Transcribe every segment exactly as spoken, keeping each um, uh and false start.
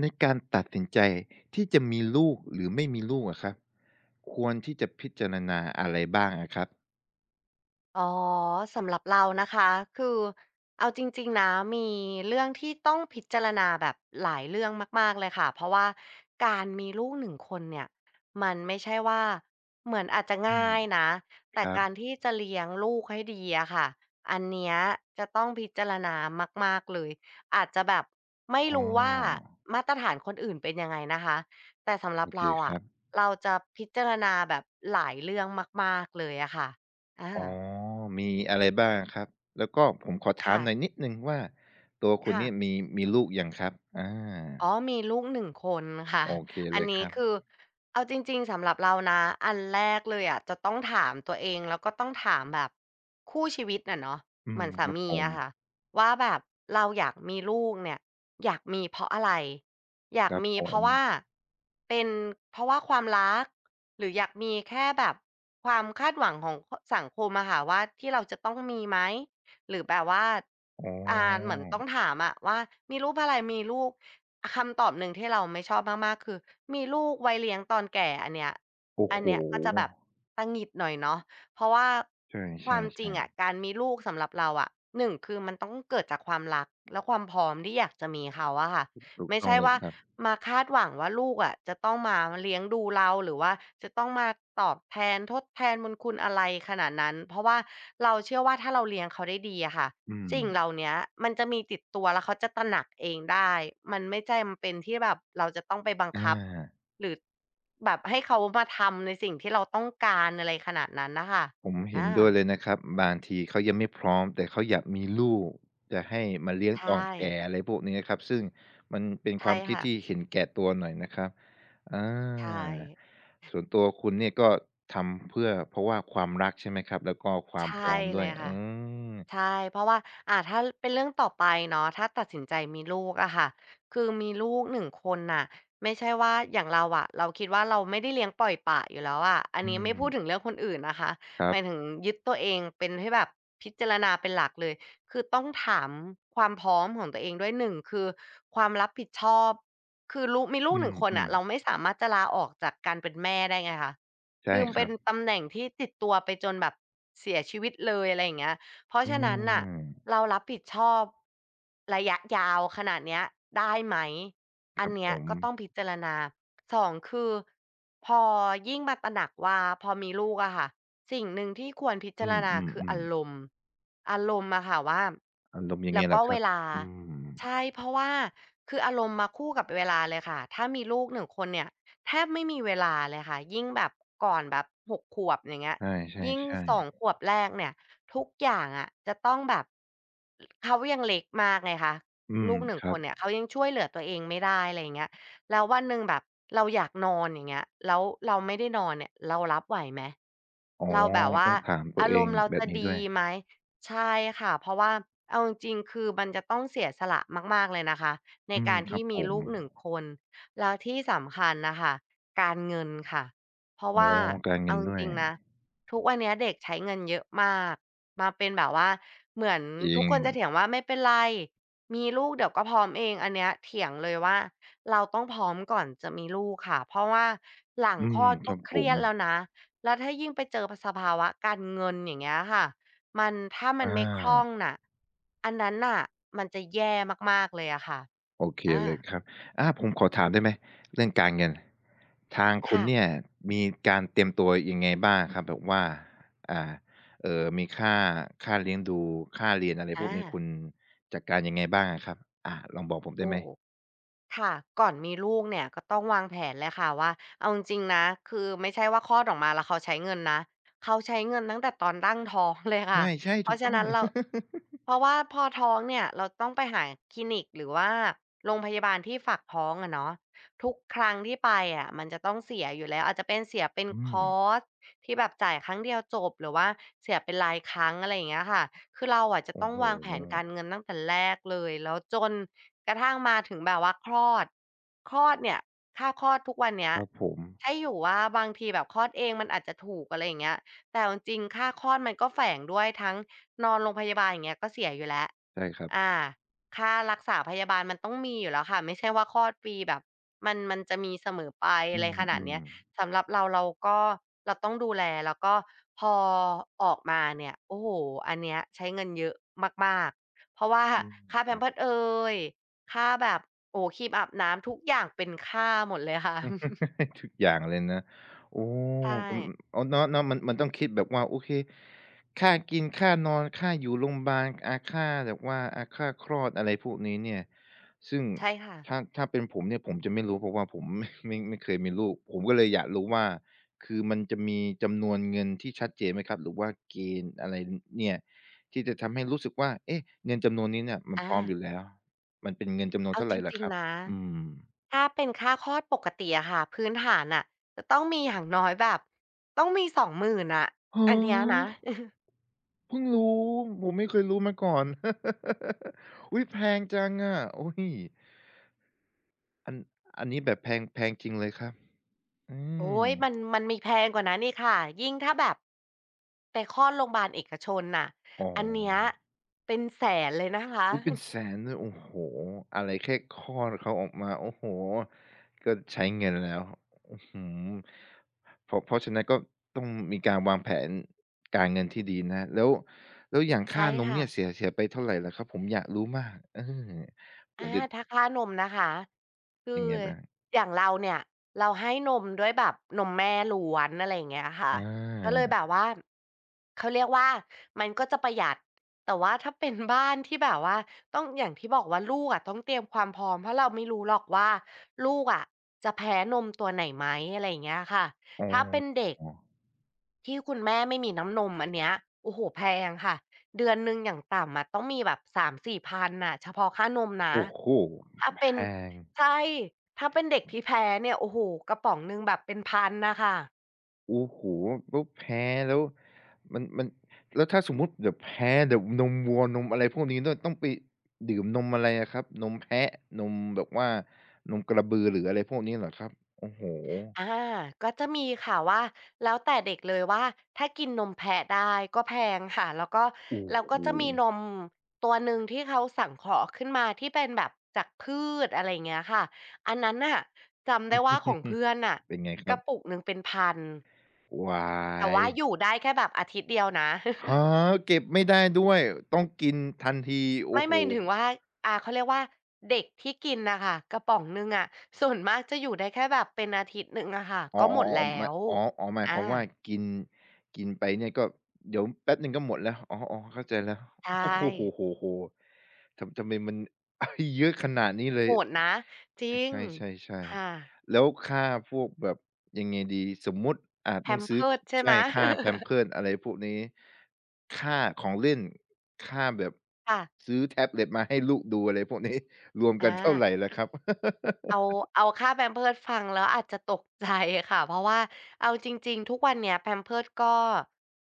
ในการตัดสินใจที่จะมีลูกหรือไม่มีลูกอะครับควรที่จะพิจารณาอะไรบ้างอะครับอ๋อสำหรับเรานะคะคือเอาจริงๆนะมีเรื่องที่ต้องพิจารณาแบบหลายเรื่องมากๆเลยค่ะเพราะว่าการมีลูกหนึ่งคนเนี่ยมันไม่ใช่ว่าเหมือนอาจจะอืมง่ายนะคแต่รับการที่จะเลี้ยงลูกให้ดีอะค่ะอันเนี้ยจะต้องพิจารณามากๆเลยอาจจะแบบไม่อ๋อรู้ว่ามาตรฐานคนอื่นเป็นยังไงนะคะแต่สำหรับโอเคเราคอะรับเราจะพิจารณาแบบหลายเรื่องมากๆเลยอะค่ะอา อ๋อมีอะไรบ้างอะครับแล้วก็ผมขอถามค่ะ หน่อยนิดหนึ่งว่าตัวคุณค่ะ เนี่ยมีมีลูกยังครับอาอ๋อมีลูกหนึ่งคนค่ะโอเคอัเลนยคนี้รับคือเอาจริงๆสำหรับเรานะอันแรกเลยอะจะต้องถามตัวเองแล้วก็ต้องถามแบบคู่ชีวิตน่ะเนาะอืเหมืมอนสาครับมีผมอะค่ะว่าแบบเราอยากมีลูกเนี่ยอยากมีเพราะอะไรอยาคกรับมีผเพมราะว่าเป็นเพราะว่าความรักหรืออยากมีแค่แบบความคาดหวังของคสังคมอะค่ะว่าที่เราจะต้องมีไหมหรือแบบว่าอ๋อ่าเหมือนอต้องถามอะว่ามีลูกเพราะอะไรมีลูก คำตอบหนึ่งที่เราไม่ชอบมากๆ คือมีลูกไว้เลี้ยงตอนแก่อันเนี้ยโอ้อันโฮเนี้ยก็จะแบบหงุดหงิดหน่อยเนาะเพราะว่าใความจริงช่อะๆการมีลูกสำหรับเราอะหนึ่งคือมันต้องเกิดจากความรักและความพร้อมที่อยากจะมีเขาอะค่ะๆถูกไม่ต้องใช่เลยว่าครับมาคาดหวังว่าลูกอะจะต้องมาเลี้ยงดูเราหรือว่าจะต้องมาตอบแทนทดแทนบุญคุณอะไรขนาดนั้นเพราะว่าเราเชื่อว่าถ้าเราเลี้ยงเขาได้ดีอะค่ะ อืมสิ่งเหล่าเนี้ยมันจะมีติดตัวแล้วเขาจะตระหนักเองได้ มันไม่จำเป็นที่แบบเราจะต้องไปบังอา คับหรือแบบให้เขามาทำในสิ่งที่เราต้องการอะไรขนาดนั้นน่ะค่ะผมเห็นอาด้วยเลยนะครับบางทีเขายังไม่พร้อมแต่เขาอยากมีลูกจะให้มาเลี้ยงใชตอน่แก่อะไรพวกนี้ครับซึ่งมันเป็นคใช่วามคิดค่ะที่เห็นแก่ตัวหน่อยนะครับอใช่าส่วนตัวคุณเนี่ยก็ทำเพื่อเพราะว่าความรักใช่ไหมครับแล้วก็ควาใชมพ่ร้อมเลด้วยยค่ะ อืมใช่เพราะว่าอ่าถ้าเป็นเรื่องต่อไปเนาะถ้าตัดสินใจมีลูกอะค่ะคือมีลูกหนึ่งคนน่ะไม่ใช่ว่าอย่างเราอะเราคิดว่าเราไม่ได้เลี้ยงปล่อยปละอยู่แล้วอะอันอืนี้ไม่พูดถึงมเรื่องคนอื่นนะคะคหรัมายถึงบยึดตัวเองเป็นให้แบบพิจารณาเป็นหลักเลยคือต้องถามความพร้อมของตัวเองด้วยหนึ่งคือความรับผิดชอบคือลูกมีลูกอืหนึ่งคนน่ะมเราไม่สามารถจะลาออกจากการเป็นแม่ได้ไงคะๆใช่คือมันคเป็รันบตำแหน่งที่ติดตัวไปจนแบบเสียชีวิตเลยอะไรอย่างเงี้ย เพราะอืฉะนั้นน่ะมเรารับผิดชอบระยะยาวขนาดเนี้ยได้ไหมอันผเนี้ยมก็ต้องพิจารณาสองคือพอยิ่งมาตระหนักว่าพอมีลูกอะค่ะสิ่งหนึ่งที่ควรพิอืจารณาคือมอารๆมณ์อารมณ์อะค่ะว่าๆอารมณ์ยังไงแล้วก็ล่ะคเวรับลาอืมใช่เพราะว่าคืออารมณ์มาคู่กับเวลาเลยค่ะถ้ามีลูกหนึ่งคนเนี่ยแทบไม่มีเวลาเลยค่ะยิ่งแบบก่อนแบบหกขวบอย่างเงี้ยใยิ่งช่สองๆขวบแรกเนี่ย ทุกอย่างอะจะต้องแบบเขายังเล็กมากไงคะๆอืมลูกหนึ่งคครับ นเนี่ยเขายังช่วยเหลือตัวเองไม่ได้อะไรอย่างเงี้ยแล้ววันหนึ่งแบบเราอยากนอนอย่างเงี้ยแล้วเราไม่ได้นอนเนี่ยเรารับไหวไหมอ๋อเราแบบว่าต้องถามตัอาวเอรงมณ์เราแบจะบนี้ดีด้วยไหมใช่ค่ะเพราะว่าเอาจริงๆคือมันจะต้องเสียสละมากๆเลยนะคะในอืมการคที่รับผมีมลูกหนึ่งคนแล้วที่สำคัญน่ะค่ะการเงินค่ะเพราะอ๋อว่าการเงิเอานจด้วยริงๆนะทุกวันเนี้ยเด็กใช้เงินเยอะมาก มาเป็นแบบว่าเหมือนจริทุกงคนจะเถียงว่าไม่เป็นไรมีลูกเดี๋ยวก็พร้อมเองอันเนี้ยเถียงเลยว่าเราต้องพร้อมก่อนจะมีลูกค่ะเพราะว่าหลังอืคลมอดคก็รับเคผรียมดแล้วนะแล้วถ้ายิ่งไปเจอพสภาวะการเงินอย่างเงี้ยค่ะมันถ้ามันอาไม่คล่องน่ะอันนั้นน่ะมันจะแย่มากๆเลยอะค่ะโอเคอาเลยครับอาผมขอถามได้ไหมเรื่องการเงินทางคุณค่ะเนี่ยมีการเตรียมตัวยังไงบ้างครับแบบว่าอ่าเอ่อมีค่าค่าเลี้ยงดูค่าเรียนอะไรพอาวกนี้คุณจัดการยังไงบ้างอะครับอาลองบอกผมโอ้ ได้ไหมค่ะก่อนมีลูกเนี่ยก็ต้องวางแผนเลยค่ะว่าเอาจริงๆนะคือไม่ใช่ว่าคลอดออกมาแล้วเขาใช้เงินนะเขาใช้เงินตั้งแต่ตอนตั้งท้องเลยค่ะใช่เพๆถูราะกฉะต้อง นั้นเราเพราะว่าพอท้องเนี่ยเราต้องไปหาคลินิกหรือว่าโรงพยาบาลที่ฝากท้องอะเนาะทุกครั้งที่ไปอะมันจะต้องเสียอยู่แล้วอาจจะเป็นเสียเป็น อืคมอร์สที่แบบจ่ายครั้งเดียวจบหรือว่าเสียเป็นรายครั้งอะไรอย่างเงี้ยค่ะคือเราอะจะโอ้ต้องโวางแผนกาฮรเงินตั้งแต่แรกเลยแล้วจน กระทั่งมาถึงแบบว่าคลอดคลอดเนี่ยค่าคลอดทุกวันเนี้คยรับผมใช่อยู่ว่าบางทีแบบคลอดเองมันอาจจะถูกอะไรอย่างเงี้ยแต่เอาจริงๆค่าคลอดมันก็แฝงด้วยทั้งนอนโรงพยาบาลอย่างเงี้ยก็เสียอยู่แล้วใช่ครับ อ่าค่ารักษาพยาบาลมันต้องมีอยู่แล้วค่ะไม่ใช่ว่าคลอดฟรีแบบมันมันจะมีเสมอไปอือะไรมขนาอืดมเนี้ยสำหรับเราเราก็เราต้องดูแลแล้วก็พอออกมาเนี่ยโอ้โฮอันเนี้ยใช้เงินเยอะมากๆเพราะว่าอืค่า ม Pampers เอย ค่าแบบโอ้ครีมอาบน้ำทุกอย่างเป็นค่าหมดเลยค่ะ ทุกอย่างเลยนะโอ้ใช่อืมอ๋อเนาะๆมันมันต้องคิดแบบว่าโอเคค่ากินค่านอนค่าอยู่โรงพยาบาลอาค่าแบบว่าอาค่าคลอดอะไรพวกนี้เนี่ยซึ่งใช่ค่ะถ้าถ้าเป็นผมเนี่ยผมจะไม่รู้เพราะว่าผมไม่ ไม่ไม่เคยมีลูกผมก็เลยอยากรู้ว่าคือมันจะมีจำนวนเงินที่ชัดเจนไหมครับหรือว่าเกณฑ์อะไรเนี่ยที่จะทำให้รู้สึกว่าเอ๊ะเงินจำนวนนี้เนี่ยมันอาพร้อมอยู่แล้วมันเป็นเงินจำนวนเอาเท่าจไรเหรอริงครับๆนะอืม ถ้าเป็นค่าคลอดปกติอะค่ะพื้นฐานน่ะจะต้องมีอย่างน้อยแบบต้องมีสอง 0่ศูนย์นอะอ๋ออันเนี้ยนะ เพิ่งรู้ผมไม่เคยรู้มาก่อน อุ๊ยแพงจังอะโอ้ยอันอันนี้แบบแพงแพงจริงเลยครับอืโอ๊มยมันมันมีแพงกว่านั้นอีกค่ะยิ่งถ้าแบบไปคลอดโรงพยาบาลเอกชนน่ะอ๋ออันเนี้ยเป็นแสนเลยนะคะ อุ๊ยเป็น แสนเลยโอ้โฮอะไรแค่คลอดเขาออกมาโอ้โฮก็ใช้เงินแล้วอื้อฮือเพราะเพราะฉะนั้นก็ต้องมีการวางแผนการเงินที่ดีนะแล้วแล้วอย่างค่าใช่นมค่ะ เนี่ยเสียเสียไปเท่าไรเหรอครับผมอยากรู้มากเออผอามจะถ้าค่านมนะคะคืยัองไงบ้างอย่างเราเนี่ยเราให้นมด้วยแบบนมแม่ล้วนอะไรอย่างเงี้ยค่ะก็เลยอา แบบว่าเขาเรียกว่ามันก็จะประหยัดแต่ว่าถ้าเป็นบ้านที่แบบว่าต้องอย่างที่บอกว่าลูกอะต้องเตรียมความพร้อมเพราะเราไม่รู้หรอกว่าลูกอะจะแพ้นมตัวไหนไหมอะไรอย่างเงี้ยค่ะถ้าเป็นเด็ก อ๋อที่คุณแม่ไม่มีน้ำนมอันเนี้ยโอ้โฮแพงค่ะ เดือนหนึ่งอย่างต่ำอะต้องมีแบบสาม 4่พันน่ะเฉพาะค่านมนะโอ้โฮถ้าแพเป็นงใช่ถ้าเป็นเด็กที่แพ้เนี่ยโอ้โฮกระป๋องหนึ่งแบบเป็นพันน่ะค่ะ โอ้โฮแล้วแพ้แล้วมันมันแล้วถ้าสมมุติเดี๋ยวแพ้เดี๋ยวนมวัวนมอะไรพวกนี้ด้วยต้องไปดื่มนมอะไรอะครับนมแพะนมแบบว่านมกระบือหรืออะไรพวกนี้เหรอครับโอ้โฮอาก็จะมีค่ะว่าแล้วแต่เด็กเลยว่าถ้ากินนมแพะได้ก็แพงค่ะแล้วก็โอ้แล้วโฮ ก็จะมีนมตัวหนึ่งที่เขาสังเคราะห์ขึ้นมาที่เป็นแบบจากพืชอะไรเงี้ยค่ะอันนั้นน่ะจำได้ว่าของ เพื่อนน่ะเป็นไงคกรับระปุกหนึ่งเป็นพันวาแต่ยว่าอยู่ได้แค่แบบอาทิตย์เดียวนะ ฮะเก็บไม่ได้ด้วยต้องกินทันทีโอ้ไม่โฮ หม่ถึงว่าอ่าเขาเรียกว่าเด็กที่กินนะคะกระป๋องหนึ่งอะส่วนมากจะอยู่ได้แค่แบบเป็นอาทิตย์หนึ่งอะค่ะอ๋อก็หมดๆๆๆแล้หมายวอ๋ออ๋อหมายอาความว่ากินกินไปเนี่ยก็เดี๋ยวแป๊บหนึ่งก็หมดแล้วอ๋อๆเข้าใจแล้วใช่ โอ้โฮโฮๆๆทำทำไมมัน เยอะขนาดนี้เลโหยดนะจริใงช่ค่ะ ๆๆๆแล้วค่าพวกแบบยังไงดีสมมุติอ่าต้องซื้อค Pampers ใช่ไหม ใช่ ค่า Pampers อะไรพวกนี้ค่าของเล่นค่าแบบค่ะซื้อแท็บเล็ตมาให้ลูกดูอะไรพวกนี้รวมกัอา นเท่าไรล่ะครับ เอาเอาค่า Pampers ฟังแล้วอาจจะตกใจค่ะ เพราะว่าเอาจริงๆทุกวันเนี้ย Pampers ก็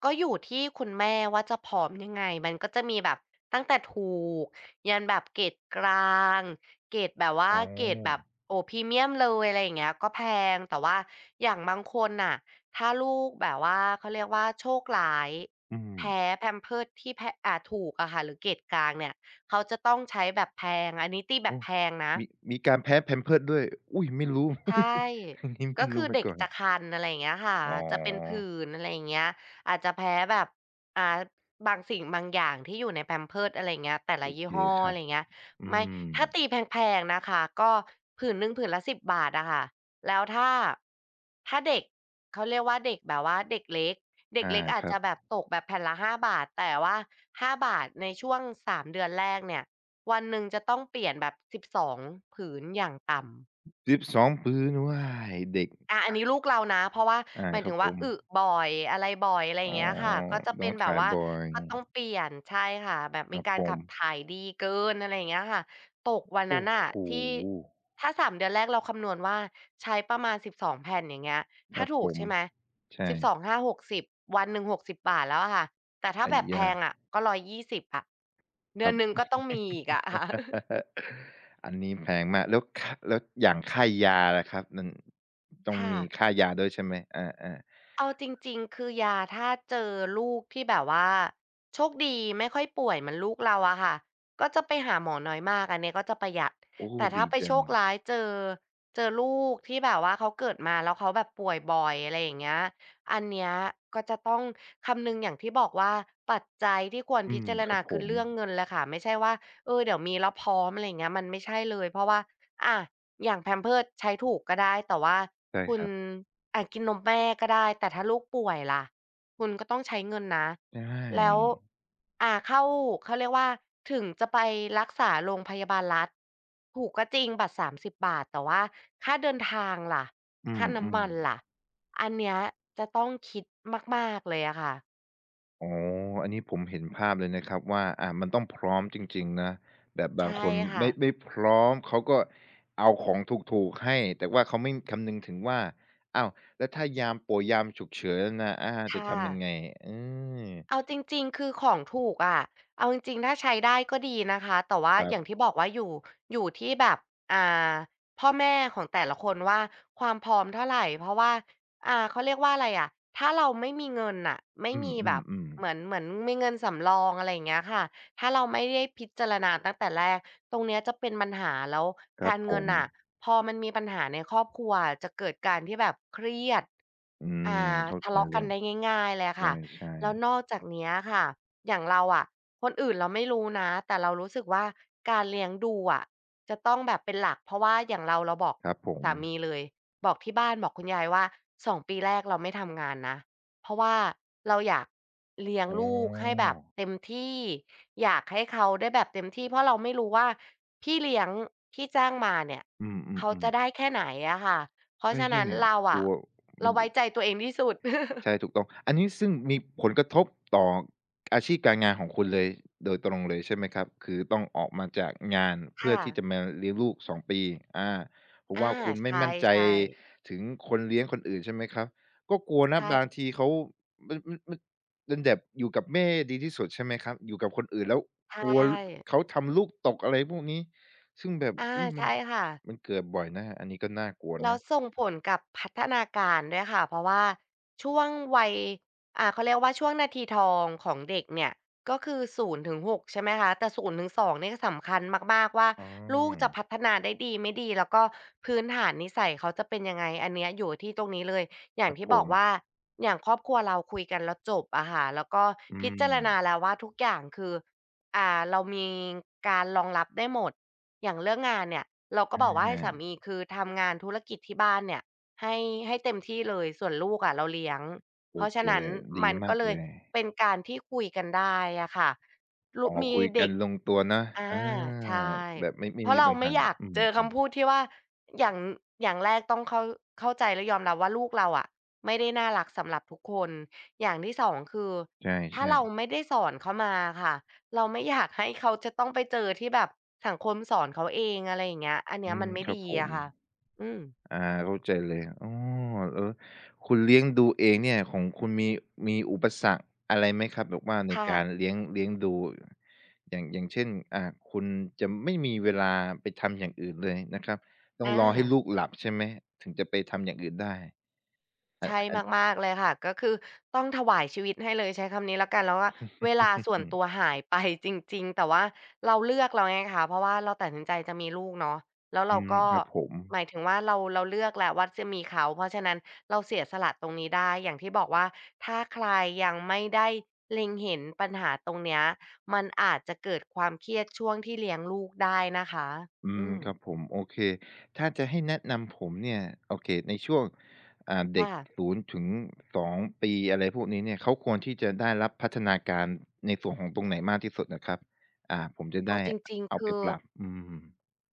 ก็อยู่ที่คุณแม่ว่าจะผอมยังไงมันก็จะมีแบบตั้งแต่ถูกยันแบบเกรดกลางเกรดแบบว่าอ๋เกรดแบบอโอ้พรีเมียมเลยอะไรอย่างเงี้ยก็แพงแต่ว่าอย่างบางคนน่ะถ้าลูกแบบว่าเขาเรียกว่าโชคร้ายอืม แพ้ Pampers ที่แพะอ่าถูกอะค่ะหรือเกรดกลางเนี่ยเขาจะต้องใช้แบบแพงอันนี้ตีแบบโอ้แพงนะ มีมีการแพ้ Pampers ด้วย อุ๊ยไม่รู้ ใช่ อันนี้ก็ไม่คืรู้อมาเด็กก่อนจะคันอะไรอย่างเงี้ยค่ะอ๋จะเป็นอผื่นอะไรอย่างเงี้ยอาจจะแพ้แบบอ่าบางสิ่งบางอย่างที่อยู่ใน Pampers อะไรอย่างเงี้ยแต่ละโอยี่เคห้อคอะรัไรบอย่างเงี้ยอืไม่มถ้าตีแพงๆนะคะก็ผื่นหนึ่งผื่นละสิบบาทอะค่ะแล้วถ้าถ้าเด็กเขาเรียกว่าเด็กแบบว่าเด็กเล็กเด็กอาเล็กอาคจรัจะบแบบตกแบบแผ่นละห้าบาทแต่ว่าห้าบาทในช่วงสามเดือนแรกเนี่ยวันหนึ่งจะต้องเปลี่ยนแบบสิบงผืนอย่างต่ำ สิบสองปืนว้ายเด็กอาอันนี้ลูกเรานะเพราะว่าอาหมายครัถึบงผว่ามอึบ่อยอะไรบ่อยอะไรอย่าอ๋งอเงี้ยค่ะก็จะน้เป็อนงแบบชายว่าบอยก็ต้องเปลี่ยนใช่ค่ะแบบคมีรับกาผรขัมบถ่ายดีเกินอะไรอย่างเงี้ยค่ะตกวันนั้โอ้นน่ะโฮที่ถ้าสามเดือนแรกเราคำนวณว่าใช้ประมาณสิบสองแผ่นอย่างเงี้ยคถ้ารับถูผกมใช่ไหมใช่สิบสองสองห้าหกสิบวันหนึ่งหกสิบบาทแล้วอะค่ะแต่ถ้าอัแบยบแพยะงอะก็หนึ่งร้อยยี่สิบอยยี่สิบอะเดืคอรันบ หนึ่งก็ต้องมีอีกอะค่ อันนี้แพงมาก แล้วคแล้วอย่างค่ายาล่ะครับมันต้องะ มี ค่ายาด้วยใช่ไหมอาๆเอาจริงๆคือยาถ้าเจอลูกที่แบบว่าโชคดีไม่ค่อยป่วยเหมือนลูกเราอะค่ะก็จะไปหาหมอน้อยมากอันเนี้ยก็จะประหยัดโอ้แต่ถ้าดีไปโชจังคร้ายเจอเจอลูกที่แบบว่าเขาเกิดมาแล้วเขาแบบป่วยบ่อยอะไรอย่างเงี้ยอันเนี้ยก็จะต้องคำนึงอย่างที่บอกว่าปัจจัยที่ควรอืพิมจารครัณาบผคือม เรื่องเงินแหละค่ะไม่ใช่ว่าเออเดี๋ยวมีแล้วพร้อมอะไรอย่างเงี้ยมันไม่ใช่เลยเพราะว่าอา อย่าง Pampers ใช้ถูกก็ได้แต่ว่าใช่คุคณรับอ่ากินนมแม่ก็ได้แต่ถ้าลูกป่วยล่ะคุณก็ต้องใช้เงินนะใช่แล้วอ่าเข้าเขาเรียกว่าถึงจะไปรักษาโรงพยาบาลรัฐถูกก็จริงบัตรสามสิบบบาทแต่ว่าค่าเดินทางล่ะอืค่าน้ำมมันๆล่ะอันเนี้ยจะต้องคิดมากๆเลยอะค่ะอ๋ออันนี้ผมเห็นภาพเลยนะครับว่าอ่ามันต้องพร้อมจริงๆนะแบบบางใช่คนค่ะไม่ไม่พร้อมเขาก็เอาของถูกๆให้แต่ว่าเขาไม่คำนึงถึงว่าอ้าวแล้วถ้ายามป่วยยามฉุกเฉินน่ะอาจะค่ะ ทำยังไงเออเอาจริงๆคือของถูกอะเอาจริงๆถ้าใช้ได้ก็ดีนะคะแต่ว่าครัอย่างบที่บอกว่าอยู่อยู่ที่แบบอ่าพ่อแม่ของแต่ละคนว่าความพร้อมเท่าไรเพราะว่าอ่าเขาเรียกว่าอะไรอะถ้าเราไม่มีเงินน่ะไม่อืมีแบบมๆเหมือนๆเหมือนมีเงินสำรองอะไรอย่างเงี้ยค่ะถ้าเราไม่ได้พิจารณาตั้งแต่แรกตรงเนี้ยจะเป็นปัญหาแล้วครักาบรผเงินมน่ะพอมันมีปัญหาในครอบครัวอะจะเกิดการที่แบบเครียดอือ่มาเข้าทะใจเลาะเลกันยได้ง่ายๆเลยอะค่ะ ใช่แล้วนอกจากเนี้ยค่ะอย่างเราอะคนอื่นเราไม่รู้นะแต่เรารู้สึกว่าการเลี้ยงดูอะจะต้องแบบเป็นหลักเพราะว่าอย่างเราเราบอกๆครับผมสามีเลยบอกที่บ้านบอกคุณยายว่าสองปีแรกเราไม่ทำงานนะเพราะว่าเราอยากเลี้ยงอ๋ลูกให้แบอบเต็มที่อยากให้เขาได้แบบเต็มที่เพราะเราไม่รู้ว่าพี่เลี้ยงที่จ้างมาเนี่ยอืเขามจะๆได้ๆแค่ไหนอะค่ะเพราะใช่ฉะนั้นเราๆกอะลัว เราไว้ใจตัวเองที่สุด ใช่ถูกต้องอันนี้ซึ่งมีผลกระทบต่ออาชีพการงานของคุณเลยโดยตรงเลยใช่ไหมครับคือต้องออกมาจากงานเพื่อค่ะ ที่จะมาเลี้ยงลูกสองปีอาเพราะอาว่าคุณใชไม่มั่นใจ่ๆถึงคนเลี้ยงคนอื่นใช่ไหมครับก็กลัวนะบางใช่ทีเขามันมันมันเป็นแบบอยู่กับแม่ดีที่สุดใช่ไหมครับอยู่กับคนอื่นแล้วใชกลัวล่เขาทำลูกตกอะไรพวกนี้ซึ่งแบบอาอุ๊ยมันใช่ค่ะ มันเกิดบ่อยนะอันนี้ก็น่ากลัวแล้วนะส่งผลกับพัฒนาการด้วยค่ะเพราะว่าช่วงวัยอ่าเขาเรียกว่าช่วงนาทีทองของเด็กเนี่ยก็คือศูนย์ถึงหกใช่ไหมคะแต่ศูนย์ถึงสองเนี่ยสำคัญมากๆว่าอลูกจะาพัฒนาได้ดีไม่ดีแล้วก็พื้นฐานนิสัยเขาจะเป็นยังไงอันเนี้ยอยู่ที่ตรงนี้เลยอคย่างรับที่ผบอกมว่าอย่างครอบครัวเราคุยกันแล้วจบอะค่ะแล้วก็อืพิมจารณาแล้วว่าทุกอย่างคืออ่าเรามีการรองรับได้หมด อย่างเรื่องงานเนี่ยเราก็อบอกว่าให้สาา มีคือทำงานธุรกิจที่บ้านเนี่ยให้ให้เต็มที่เลยส่วนลูกอะเราเลี้ยงโอเพราะเคฉะนั้เลนยดีมันก็มากเลเลยยเป็นการที่คุยกันได้อะค่ะลอ๋อมีคุยกัเด็นก ลงตัวนะอาอาใช่แบบไม่เพไม่ราะมีเราปัญไม่หาอยากอืมเจอคำพูดที่ว่าอย่างอย่างแรกต้องเข้าเข้าใจและยอมรับว่าลูกเราอะไม่ได้น่ารักสำหรับทุกคนอย่างที่สองคือๆถ้าใช่เราไม่ได้สอนเขามาอะค่ะเราไม่อยากให้เขาจะต้องไปเจอที่แบบสังคมสอนเขาเองอะไรอย่างเงี้ยอันๆเนี้ยอืมัมนไม่ครับดีผมอะค่ะอืมอาเข้าใจเลยอ้อเออคุณเลี้ยงดูเองเนี่ยของคุณมีมีอุปสรรคอะไรไหมครับแบบว่าในค่ะการเลี้ยงเลี้ยงดูอย่างอย่างเช่นอ่าคุณจะไม่มีเวลาไปทำอย่างอื่นเลยนะครับต้องรอให้อา ลูกหลับใช่ไหมถึงจะไปทำอย่างอื่นได้ใช่มากๆเลยค่ะก็คือต้องถวายชีวิตให้เลยใช้คำนี้แล้วกันแล้วว่าเวลาส่วนอืตัวมหายไปจริงๆแต่ว่าเราเลือกแล้วไงคะเพราะว่าเราตัดสินใจจะมีลูกเนาะแล้วอืเรามก็ครับผม หมายถึงว่าเราเราเลือกแล้วว่าจะมีเขาเพราะฉะนั้นเราเสียสละตรงนี้ได้อย่างที่บอกว่าถ้าใครยังไม่ได้เล็งเห็นปัญหาตรงเนี้ยมันอาจจะเกิดความเครียดช่วงที่เลี้ยงลูกได้นะคะอือืมมครับผมโอเคถ้าจะให้แนะนำผมเนี่ยโอเคในช่วงอ่าเด็ค่ะกศูนย์ถึงสอสองปีอะไรพวกนี้เนี่ยเขาควรที่จะได้รับพัฒนาการในส่วนของตรงไหนมากที่สุดอะครับอ่าผมจะเอาได้จริงๆเอาไปคือ ปรับอืม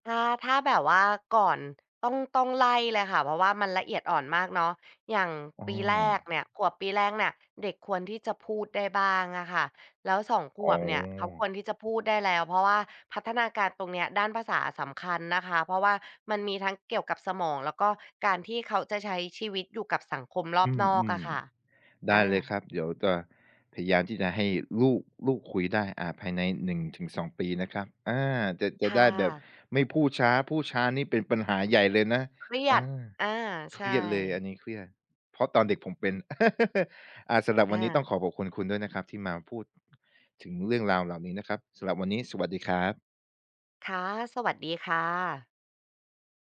ถ้าถ้าแบบว่าก่อนต้องต้องไล่เลยค่ะเพราะว่ามันละเอียดอ่อนมากเนาะอย่างอ้อปีแรกเนี่ยขวบปีแรกเนี่ยเด็กควรที่จะพูดได้บ้างอะค่ะแล้วสองขอ๋วบเนี่ยเขาคอวรที่จะพูดได้แล้วเพราะว่าพัฒนาการตรงเนี้ยด้านภาษาสำคัญนะคะเพราะว่ามันมีทั้งเกี่ยวกับสมองแล้วก็การที่เขาจะใช้ชีวิตอยู่กับสังคมรออืบนอกมอะค่ะๆอาได้เลยครับเดี๋ยวจะพยายามที่จะให้ลูกลูกคุยได้อ่าภายในหนึ่งถึงสองปีปีนะครับอาจะจะได้ค่ะแบบไม่พูดช้าพูดช้านี่เป็นปัญหาใหญ่เลยนะเครียอา ดอาเครีใช่ยดเลยอันนี้เครียดเพราะตอนเด็กผมเป็น อ่าสำหรับวันนี้ต้องอาขอขอบคุณคุณด้วยนะครับที่มาพูดถึงเรื่องราวเหล่านี้นะครับสำหรับวันนี้สวัสดีครับค่ะสวัสดีค่ะ